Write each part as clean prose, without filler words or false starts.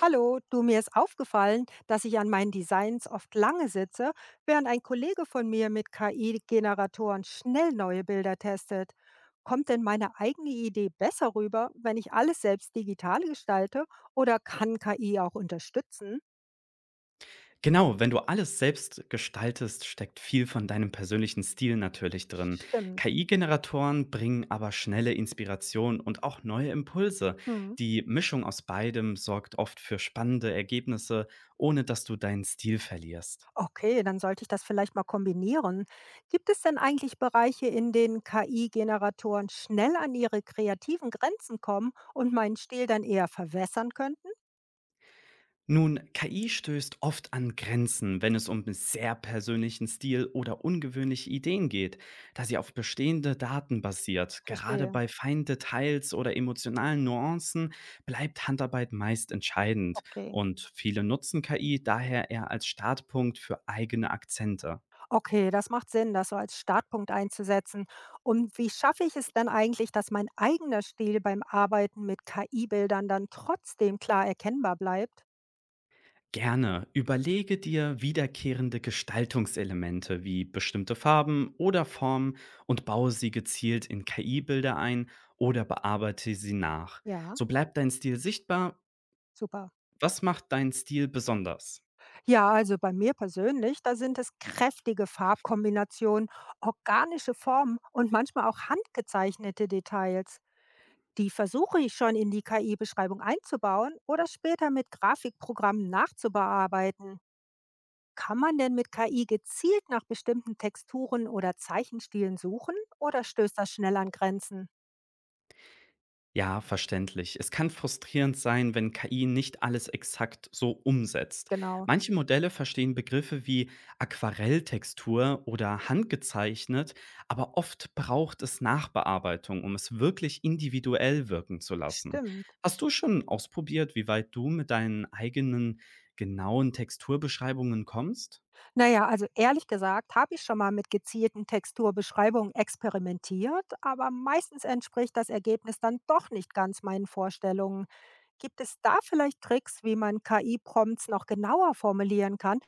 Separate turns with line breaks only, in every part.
Hallo, du, mir ist aufgefallen, dass ich an meinen Designs oft lange sitze, während ein Kollege von mir mit KI-Generatoren schnell neue Bilder testet. Kommt denn meine eigene Idee besser rüber, wenn ich alles selbst digital gestalte oder kann KI auch unterstützen?
Genau, wenn du alles selbst gestaltest, steckt viel von deinem persönlichen Stil natürlich drin.
Stimmt.
KI-Generatoren bringen aber schnelle Inspiration und auch neue Impulse.
Hm.
Die Mischung aus beidem sorgt oft für spannende Ergebnisse, ohne dass du deinen Stil verlierst.
Okay, dann sollte ich das vielleicht mal kombinieren. Gibt es denn eigentlich Bereiche, in denen KI-Generatoren schnell an ihre kreativen Grenzen kommen und meinen Stil dann eher verwässern könnten?
Nun, KI stößt oft an Grenzen, wenn es um sehr persönlichen Stil oder ungewöhnliche Ideen geht, da sie auf bestehende Daten basiert. Gerade
Verstehe.
bei feinen Details oder emotionalen Nuancen bleibt Handarbeit meist entscheidend,
Okay.
und viele nutzen KI daher eher als Startpunkt für eigene Akzente.
Okay, das macht Sinn, das so als Startpunkt einzusetzen. Und wie schaffe ich es denn eigentlich, dass mein eigener Stil beim Arbeiten mit KI-Bildern dann trotzdem klar erkennbar bleibt?
Gerne. Überlege dir wiederkehrende Gestaltungselemente wie bestimmte Farben oder Formen und baue sie gezielt in KI-Bilder ein oder bearbeite sie nach.
Ja,
So bleibt dein Stil sichtbar.
super.
Was macht deinen Stil besonders?
Ja, also bei mir persönlich, da sind es kräftige Farbkombinationen, organische Formen und manchmal auch handgezeichnete Details. Die versuche ich schon in die KI-Beschreibung einzubauen oder später mit Grafikprogrammen nachzubearbeiten. Kann man denn mit KI gezielt nach bestimmten Texturen oder Zeichenstilen suchen oder stößt das schnell an Grenzen?
Ja, verständlich. Es kann frustrierend sein, wenn KI nicht alles exakt so umsetzt.
Genau.
Manche Modelle verstehen Begriffe wie Aquarelltextur oder handgezeichnet, aber oft braucht es Nachbearbeitung, um es wirklich individuell wirken zu lassen.
Stimmt.
Hast du schon ausprobiert, wie weit du mit deinen eigenen genauen Texturbeschreibungen kommst?
Naja, also ehrlich gesagt, habe ich schon mal mit gezielten Texturbeschreibungen experimentiert, aber meistens entspricht das Ergebnis dann doch nicht ganz meinen Vorstellungen. Gibt es da vielleicht Tricks, wie man KI-Prompts noch genauer formulieren kann,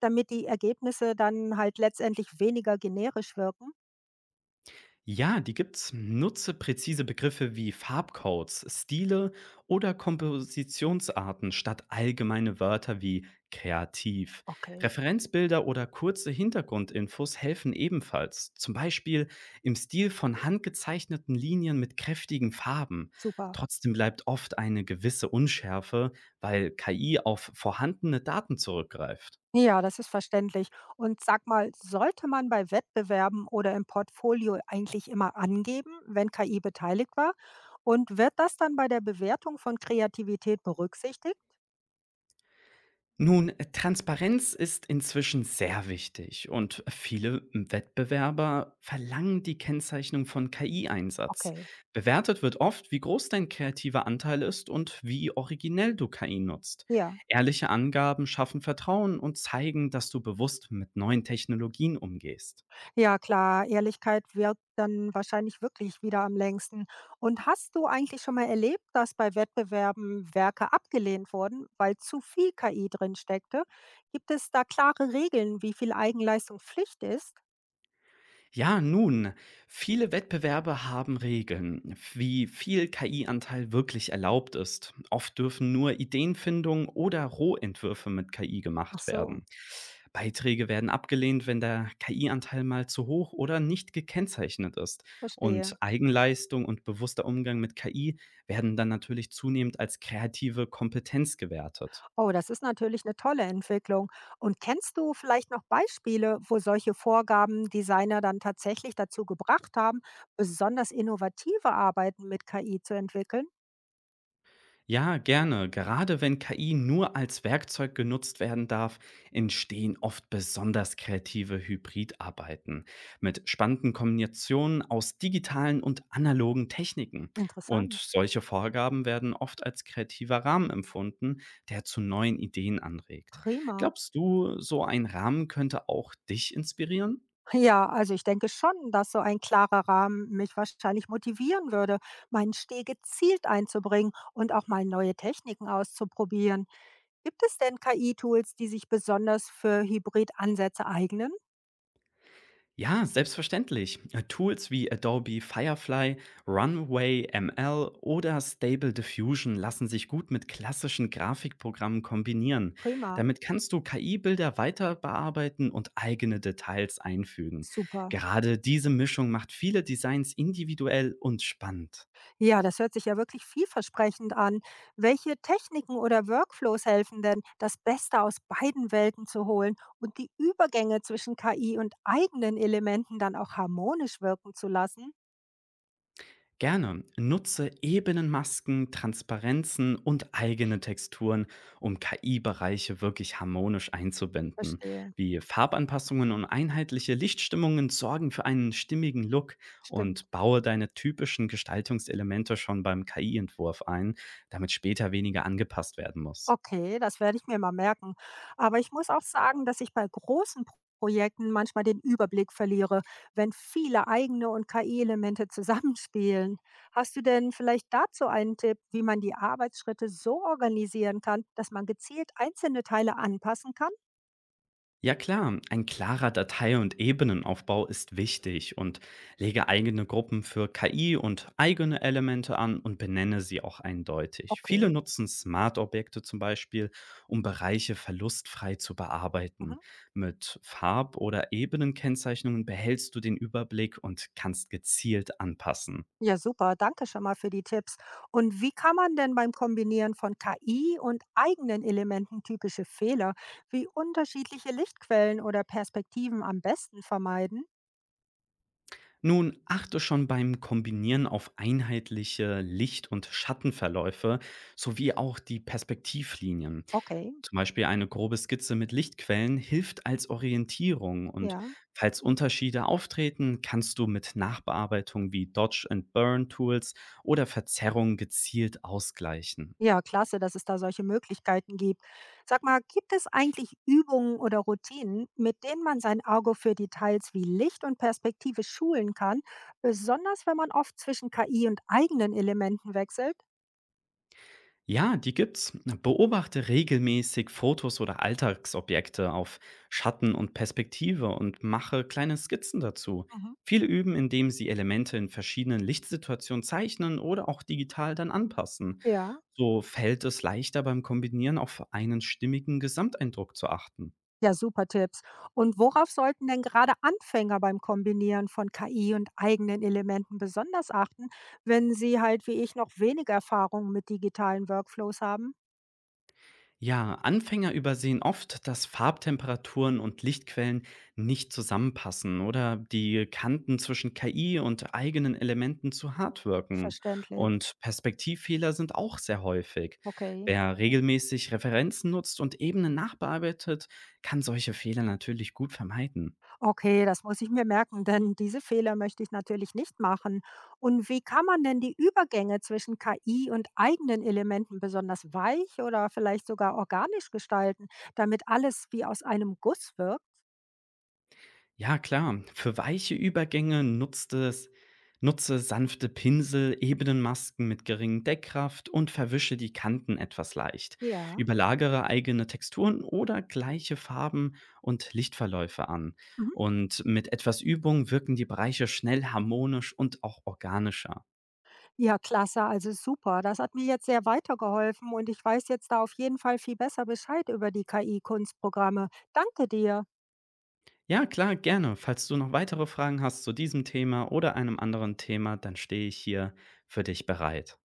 damit die Ergebnisse dann halt letztendlich weniger generisch wirken?
Ja, die gibt's. Nutze präzise Begriffe wie Farbcodes, Stile oder Kompositionsarten statt allgemeine Wörter wie kreativ.
Okay,
Referenzbilder oder kurze Hintergrundinfos helfen ebenfalls, zum Beispiel im Stil von handgezeichneten Linien mit kräftigen Farben.
super.
Trotzdem bleibt oft eine gewisse Unschärfe, weil KI auf vorhandene Daten zurückgreift.
Ja, das ist verständlich. Und sag mal, sollte man bei Wettbewerben oder im Portfolio eigentlich immer angeben, wenn KI beteiligt war? Und wird das dann bei der Bewertung von Kreativität berücksichtigt?
Nun, Transparenz ist inzwischen sehr wichtig, und viele Wettbewerber verlangen die Kennzeichnung von KI-Einsatz.
Okay.
Bewertet wird oft, wie groß dein kreativer Anteil ist und wie originell du KI nutzt.
Ja,
Ehrliche Angaben schaffen Vertrauen und zeigen, dass du bewusst mit neuen Technologien umgehst.
ja klar, Ehrlichkeit wird dann wahrscheinlich wirklich wieder am längsten. Und hast du eigentlich schon mal erlebt, dass bei Wettbewerben Werke abgelehnt wurden, weil zu viel KI drin steckte? Gibt es da klare Regeln, wie viel Eigenleistung Pflicht ist?
Ja, nun, viele Wettbewerbe haben Regeln, wie viel KI-Anteil wirklich erlaubt ist. Oft dürfen nur Ideenfindung oder Rohentwürfe mit KI
Ach
gemacht
so,
werden. Beiträge werden abgelehnt, wenn der KI-Anteil mal zu hoch oder nicht gekennzeichnet ist.
verstehe.
Und Eigenleistung und bewusster Umgang mit KI werden dann natürlich zunehmend als kreative Kompetenz gewertet.
Oh, das ist natürlich eine tolle Entwicklung. Und kennst du vielleicht noch Beispiele, wo solche Vorgaben Designer dann tatsächlich dazu gebracht haben, besonders innovative Arbeiten mit KI zu entwickeln?
Ja, gerne. Gerade wenn KI nur als Werkzeug genutzt werden darf, entstehen oft besonders kreative Hybridarbeiten mit spannenden Kombinationen aus digitalen und analogen Techniken. Und
Interessant,
solche Vorgaben werden oft als kreativer Rahmen empfunden, der zu neuen Ideen anregt.
prima.
Glaubst du, so ein Rahmen könnte auch dich inspirieren?
Ja, also ich denke schon, dass so ein klarer Rahmen mich wahrscheinlich motivieren würde, meinen Stil gezielt einzubringen und auch mal neue Techniken auszuprobieren. Gibt es denn KI-Tools, die sich besonders für Hybrid-Ansätze eignen?
Ja, selbstverständlich. Tools wie Adobe Firefly, Runway ML oder Stable Diffusion lassen sich gut mit klassischen Grafikprogrammen kombinieren.
Prima,
Damit kannst du KI-Bilder weiter bearbeiten und eigene Details einfügen.
super.
Gerade diese Mischung macht viele Designs individuell und spannend.
Ja, das hört sich ja wirklich vielversprechend an. Welche Techniken oder Workflows helfen denn, das Beste aus beiden Welten zu holen und die Übergänge zwischen KI und eigenen Elementen dann auch harmonisch wirken zu lassen?
Gerne. Nutze Ebenenmasken, Transparenzen und eigene Texturen, um KI-Bereiche wirklich harmonisch einzubinden.
Verstehe.
Wie Farbanpassungen und einheitliche Lichtstimmungen sorgen für einen stimmigen Look,
Stimmt.
und baue deine typischen Gestaltungselemente schon beim KI-Entwurf ein, damit später weniger angepasst werden muss.
Okay, das werde ich mir mal merken. Aber ich muss auch sagen, dass ich bei großen Projekten manchmal den Überblick verliere, wenn viele eigene und KI-Elemente zusammenspielen. Hast du denn vielleicht dazu einen Tipp, wie man die Arbeitsschritte so organisieren kann, dass man gezielt einzelne Teile anpassen kann?
Ja klar, ein klarer Datei- und Ebenenaufbau ist wichtig, und lege eigene Gruppen für KI und eigene Elemente an und benenne sie auch eindeutig. Viele
Okay.
nutzen Smart-Objekte zum Beispiel, um Bereiche verlustfrei zu bearbeiten.
Mhm.
Mit Farb- oder Ebenenkennzeichnungen behältst du den Überblick und kannst gezielt anpassen.
Ja, super. Danke schon mal für die Tipps. Und wie kann man denn beim Kombinieren von KI und eigenen Elementen typische Fehler wie unterschiedliche Lichtquellen oder Perspektiven am besten vermeiden?
Nun, achte schon beim Kombinieren auf einheitliche Licht- und Schattenverläufe sowie auch die Perspektivlinien.
Okay,
Zum Beispiel eine grobe Skizze mit Lichtquellen hilft als Orientierung, und
ja.
falls Unterschiede auftreten, kannst du mit Nachbearbeitung wie Dodge and Burn Tools oder Verzerrung gezielt ausgleichen.
Ja, klasse, dass es da solche Möglichkeiten gibt. Sag mal, gibt es eigentlich Übungen oder Routinen, mit denen man sein Auge für Details wie Licht und Perspektive schulen kann, besonders wenn man oft zwischen KI und eigenen Elementen wechselt?
Ja, die gibt's. Beobachte regelmäßig Fotos oder Alltagsobjekte auf Schatten und Perspektive und mache kleine Skizzen dazu.
Mhm.
Viele üben, indem sie Elemente in verschiedenen Lichtsituationen zeichnen oder auch digital dann anpassen.
Ja.
So fällt es leichter, beim Kombinieren auf einen stimmigen Gesamteindruck zu achten.
Ja, super Tipps. Und worauf sollten denn gerade Anfänger beim Kombinieren von KI und eigenen Elementen besonders achten, wenn sie halt wie ich noch wenig Erfahrung mit digitalen Workflows haben?
Ja, Anfänger übersehen oft, dass Farbtemperaturen und Lichtquellen nicht zusammenpassen oder die Kanten zwischen KI und eigenen Elementen zu hart wirken.
Verständlich.
Und Perspektivfehler sind auch sehr häufig.
Okay.
Wer regelmäßig Referenzen nutzt und Ebenen nachbearbeitet, kann solche Fehler natürlich gut vermeiden.
Okay, das muss ich mir merken, denn diese Fehler möchte ich natürlich nicht machen. Und wie kann man denn die Übergänge zwischen KI und eigenen Elementen besonders weich oder vielleicht sogar organisch gestalten, damit alles wie aus einem Guss wirkt?
Ja, klar. Für weiche Übergänge nutze sanfte Pinsel, Ebenenmasken mit geringen Deckkraft, und verwische die Kanten etwas leicht.
Ja.
Überlagere eigene Texturen oder gleiche Farben und Lichtverläufe an. Und mit etwas Übung wirken die Bereiche schnell harmonisch und auch organischer.
Ja, klasse, also super. Das hat mir jetzt sehr weitergeholfen und ich weiß jetzt da auf jeden Fall viel besser Bescheid über die KI-Kunstprogramme. Danke dir.
Ja, klar, gerne. Falls du noch weitere Fragen hast zu diesem Thema oder einem anderen Thema, dann stehe ich hier für dich bereit.